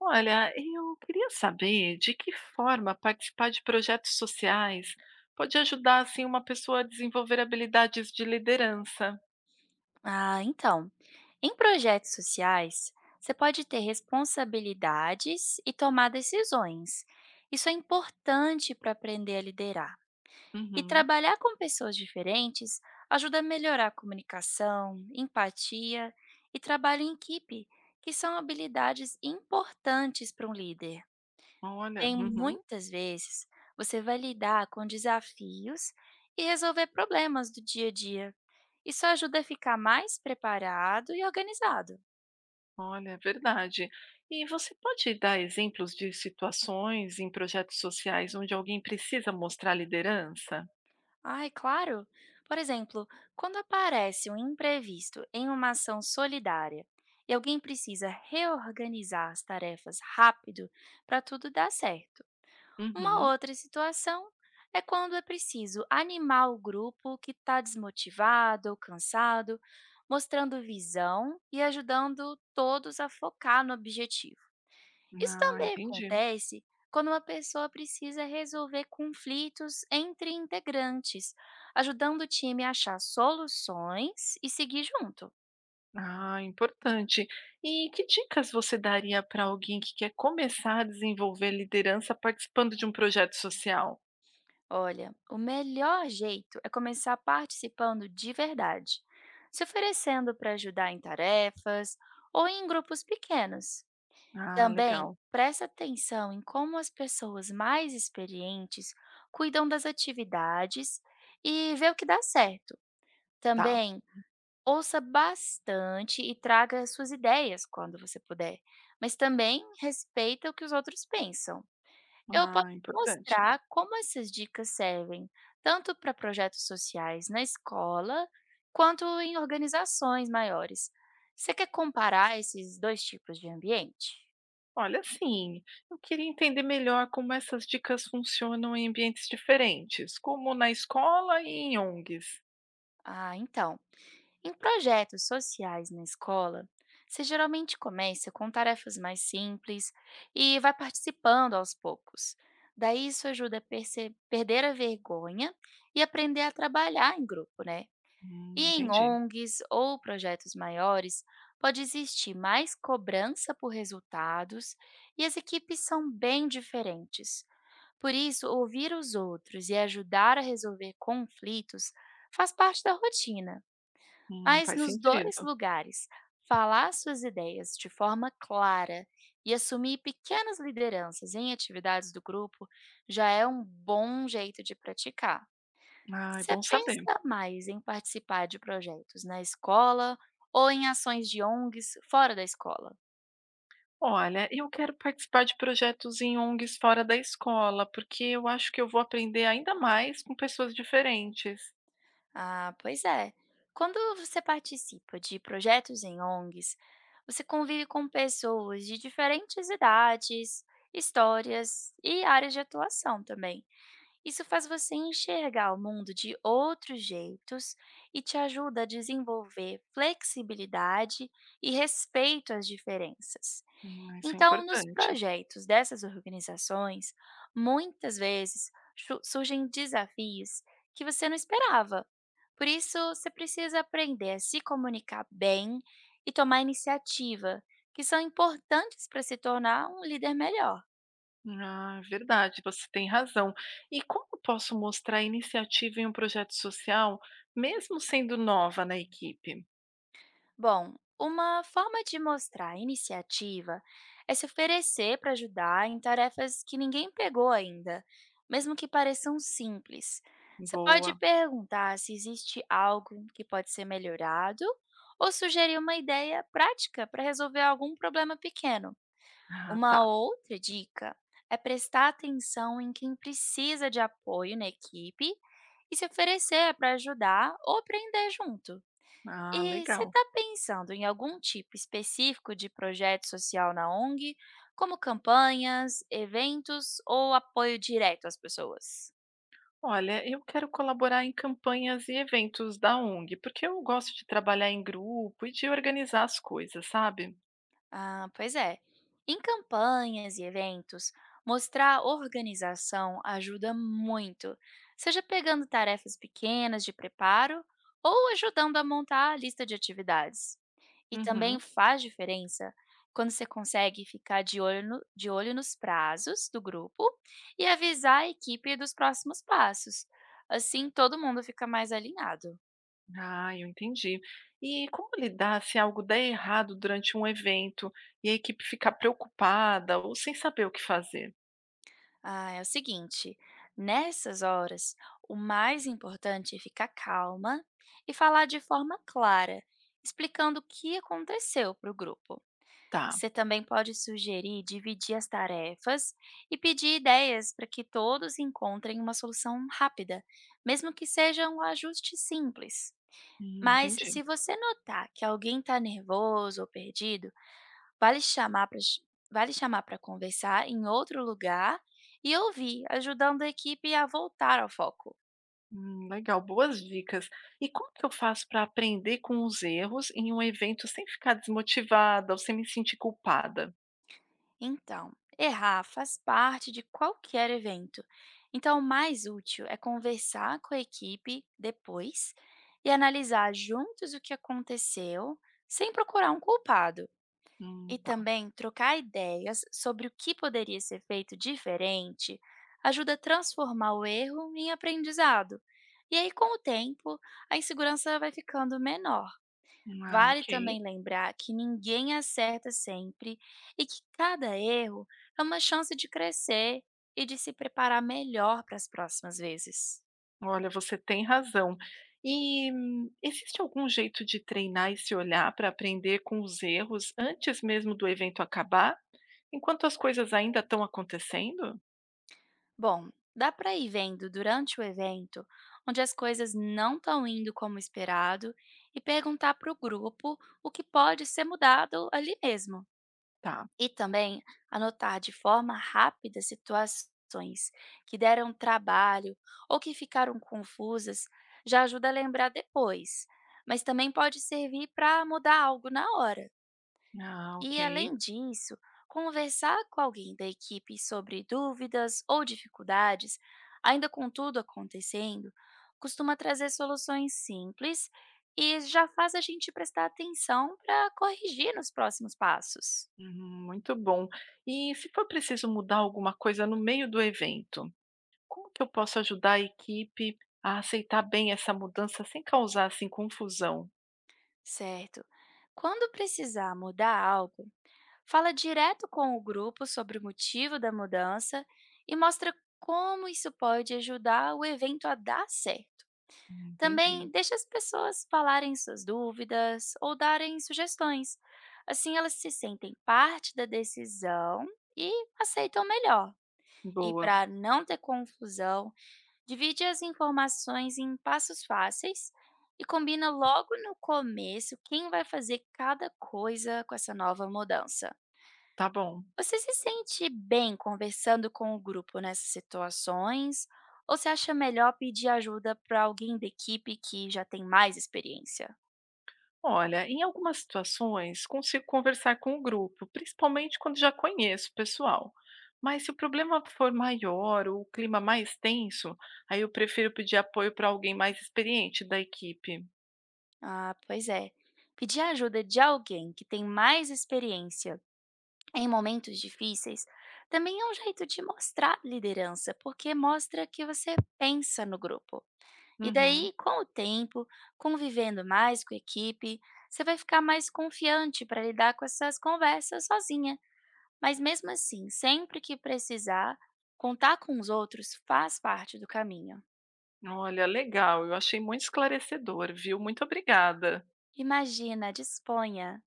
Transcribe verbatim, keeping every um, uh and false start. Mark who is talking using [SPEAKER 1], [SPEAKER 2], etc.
[SPEAKER 1] Olha, eu queria saber de que forma participar de projetos sociais pode ajudar assim uma pessoa a desenvolver habilidades de liderança.
[SPEAKER 2] Ah, então, em projetos sociais, você pode ter responsabilidades e tomar decisões. Isso é importante para aprender a liderar. E
[SPEAKER 1] Uhum.
[SPEAKER 2] trabalhar com pessoas diferentes ajuda a melhorar a comunicação, empatia e trabalho em equipe, que são habilidades importantes para um líder.
[SPEAKER 1] Olha,
[SPEAKER 2] Bem,
[SPEAKER 1] uhum.
[SPEAKER 2] muitas vezes você vai lidar com desafios e resolver problemas do dia a dia. Isso ajuda a ficar mais preparado e organizado.
[SPEAKER 1] Olha, é verdade. E você pode dar exemplos de situações em projetos sociais onde alguém precisa mostrar liderança?
[SPEAKER 2] Ai, claro! Por exemplo, quando aparece um imprevisto em uma ação solidária e alguém precisa reorganizar as tarefas rápido para tudo dar certo. Uma
[SPEAKER 1] Uhum.
[SPEAKER 2] outra situação é quando é preciso animar o grupo que está desmotivado ou cansado, mostrando visão e ajudando todos a focar no objetivo. Isso
[SPEAKER 1] Ah,
[SPEAKER 2] também
[SPEAKER 1] entendi.
[SPEAKER 2] acontece quando uma pessoa precisa resolver conflitos entre integrantes, ajudando o time a achar soluções e seguir junto.
[SPEAKER 1] Ah, importante. E que dicas você daria para alguém que quer começar a desenvolver liderança participando de um projeto social?
[SPEAKER 2] Olha, o melhor jeito é começar participando de verdade, se oferecendo para ajudar em tarefas ou em grupos pequenos.
[SPEAKER 1] Ah,
[SPEAKER 2] Também
[SPEAKER 1] legal.
[SPEAKER 2] presta atenção em como as pessoas mais experientes cuidam das atividades e vê o que dá certo.
[SPEAKER 1] Tá.
[SPEAKER 2] Também ouça bastante e traga suas ideias quando você puder, mas também respeita o que os outros pensam. Eu posso
[SPEAKER 1] Ah, importante.
[SPEAKER 2] mostrar como essas dicas servem, tanto para projetos sociais na escola, quanto em organizações maiores. Você quer comparar esses dois tipos de ambiente?
[SPEAKER 1] Olha, assim, eu queria entender melhor como essas dicas funcionam em ambientes diferentes, como na escola e em O N Gs.
[SPEAKER 2] Ah, então. Em projetos sociais na escola, você geralmente começa com tarefas mais simples e vai participando aos poucos. Daí isso ajuda a perce- perder a vergonha e aprender a trabalhar em grupo, né?
[SPEAKER 1] Hum,
[SPEAKER 2] E em
[SPEAKER 1] entendi.
[SPEAKER 2] O N Gs ou projetos maiores, pode existir mais cobrança por resultados e as equipes são bem diferentes. Por isso, ouvir os outros e ajudar a resolver conflitos faz parte da rotina.
[SPEAKER 1] Hum,
[SPEAKER 2] Mas
[SPEAKER 1] faz
[SPEAKER 2] nos dois
[SPEAKER 1] sentido.
[SPEAKER 2] lugares, falar suas ideias de forma clara e assumir pequenas lideranças em atividades do grupo já é um bom jeito de praticar.
[SPEAKER 1] Ah, é
[SPEAKER 2] Você
[SPEAKER 1] bom saber.
[SPEAKER 2] pensa mais em participar de projetos na escola ou em ações de O N Gs fora da escola?
[SPEAKER 1] Olha, eu quero participar de projetos em O N Gs fora da escola, porque eu acho que eu vou aprender ainda mais com pessoas diferentes.
[SPEAKER 2] Ah, pois é. Quando você participa de projetos em O N Gs, você convive com pessoas de diferentes idades, histórias e áreas de atuação também. Isso faz você enxergar o mundo de outros jeitos e te ajuda a desenvolver flexibilidade e respeito às diferenças.
[SPEAKER 1] Hum, isso é
[SPEAKER 2] Então, nos
[SPEAKER 1] importante.
[SPEAKER 2] projetos dessas organizações, muitas vezes chu- surgem desafios que você não esperava. Por isso, você precisa aprender a se comunicar bem e tomar iniciativa, que são importantes para se tornar um líder melhor.
[SPEAKER 1] Ah, verdade, você tem razão. E como eu posso mostrar iniciativa em um projeto social, mesmo sendo nova na equipe?
[SPEAKER 2] Bom, uma forma de mostrar iniciativa é se oferecer para ajudar em tarefas que ninguém pegou ainda, mesmo que pareçam simples. Você pode
[SPEAKER 1] Boa.
[SPEAKER 2] perguntar se existe algo que pode ser melhorado ou sugerir uma ideia prática para resolver algum problema pequeno.
[SPEAKER 1] Ah,
[SPEAKER 2] Uma
[SPEAKER 1] tá.
[SPEAKER 2] outra dica é prestar atenção em quem precisa de apoio na equipe e se oferecer para ajudar ou aprender junto.
[SPEAKER 1] Ah,
[SPEAKER 2] E você
[SPEAKER 1] legal.
[SPEAKER 2] está pensando em algum tipo específico de projeto social na O N G, como campanhas, eventos ou apoio direto às pessoas?
[SPEAKER 1] Olha, eu quero colaborar em campanhas e eventos da O N G, porque eu gosto de trabalhar em grupo e de organizar as coisas, sabe?
[SPEAKER 2] Ah, pois é. Em campanhas e eventos, mostrar organização ajuda muito, seja pegando tarefas pequenas de preparo ou ajudando a montar a lista de atividades. E também
[SPEAKER 1] Uhum.
[SPEAKER 2] faz diferença quando você consegue ficar de olho, no- de olho nos prazos do grupo e avisar a equipe dos próximos passos. Assim, todo mundo fica mais alinhado.
[SPEAKER 1] Ah, eu entendi. E como lidar se algo der errado durante um evento e a equipe ficar preocupada ou sem saber o que fazer?
[SPEAKER 2] Ah, é o seguinte, nessas horas, o mais importante é ficar calma e falar de forma clara, explicando o que aconteceu para o grupo.
[SPEAKER 1] Tá.
[SPEAKER 2] Você também pode sugerir dividir as tarefas e pedir ideias para que todos encontrem uma solução rápida, mesmo que seja um ajuste simples.
[SPEAKER 1] Hum,
[SPEAKER 2] Mas
[SPEAKER 1] entendi.
[SPEAKER 2] se você notar que alguém está nervoso ou perdido, Vale chamar para vale chamar para conversar em outro lugar e ouvir, ajudando a equipe a voltar ao foco.
[SPEAKER 1] Hum, legal, boas dicas. E como que eu faço para aprender com os erros em um evento sem ficar desmotivada ou sem me sentir culpada?
[SPEAKER 2] Então, errar faz parte de qualquer evento. Então, o mais útil é conversar com a equipe depois e analisar juntos o que aconteceu, sem procurar um culpado.
[SPEAKER 1] Hum,
[SPEAKER 2] E
[SPEAKER 1] tá.
[SPEAKER 2] também trocar ideias sobre o que poderia ser feito diferente ajuda a transformar o erro em aprendizado. E aí, com o tempo, a insegurança vai ficando menor.
[SPEAKER 1] Ah,
[SPEAKER 2] Vale
[SPEAKER 1] ok.
[SPEAKER 2] também lembrar que ninguém acerta sempre e que cada erro é uma chance de crescer e de se preparar melhor para as próximas vezes.
[SPEAKER 1] Olha, você tem razão. E hum, existe algum jeito de treinar esse olhar para aprender com os erros antes mesmo do evento acabar, enquanto as coisas ainda estão acontecendo?
[SPEAKER 2] Bom, dá para ir vendo durante o evento onde as coisas não estão indo como esperado e perguntar para o grupo o que pode ser mudado ali mesmo.
[SPEAKER 1] Tá.
[SPEAKER 2] E também anotar de forma rápida situações que deram trabalho ou que ficaram confusas já ajuda a lembrar depois, mas também pode servir para mudar algo na hora.
[SPEAKER 1] Ah, ok.
[SPEAKER 2] E além disso, conversar com alguém da equipe sobre dúvidas ou dificuldades, ainda com tudo acontecendo, costuma trazer soluções simples e já faz a gente prestar atenção para corrigir nos próximos passos.
[SPEAKER 1] Uhum, muito bom. E se for preciso mudar alguma coisa no meio do evento? Como que eu posso ajudar a equipe a aceitar bem essa mudança sem causar assim confusão?
[SPEAKER 2] Certo. Quando precisar mudar algo, fala direto com o grupo sobre o motivo da mudança e mostra como isso pode ajudar o evento a dar certo.
[SPEAKER 1] Hum,
[SPEAKER 2] Também
[SPEAKER 1] Entendi.
[SPEAKER 2] deixe as pessoas falarem suas dúvidas ou darem sugestões. Assim elas se sentem parte da decisão e aceitam melhor. E
[SPEAKER 1] Boa.
[SPEAKER 2] para não ter confusão, divide as informações em passos fáceis e combina logo no começo quem vai fazer cada coisa com essa nova mudança.
[SPEAKER 1] Tá bom.
[SPEAKER 2] Você se sente bem conversando com o grupo nessas situações ou você acha melhor pedir ajuda para alguém da equipe que já tem mais experiência?
[SPEAKER 1] Olha, em algumas situações consigo conversar com o grupo, principalmente quando já conheço o pessoal. Mas se o problema for maior ou o clima mais tenso, aí eu prefiro pedir apoio para alguém mais experiente da equipe.
[SPEAKER 2] Ah, pois é. Pedir ajuda de alguém que tem mais experiência em momentos difíceis também é um jeito de mostrar liderança, porque mostra que você pensa no grupo. E
[SPEAKER 1] Uhum.
[SPEAKER 2] daí, com o tempo, convivendo mais com a equipe, você vai ficar mais confiante para lidar com essas conversas sozinha. Mas mesmo assim, sempre que precisar, contar com os outros faz parte do caminho.
[SPEAKER 1] Olha, legal, eu achei muito esclarecedor, viu? Muito obrigada.
[SPEAKER 2] Imagina, disponha.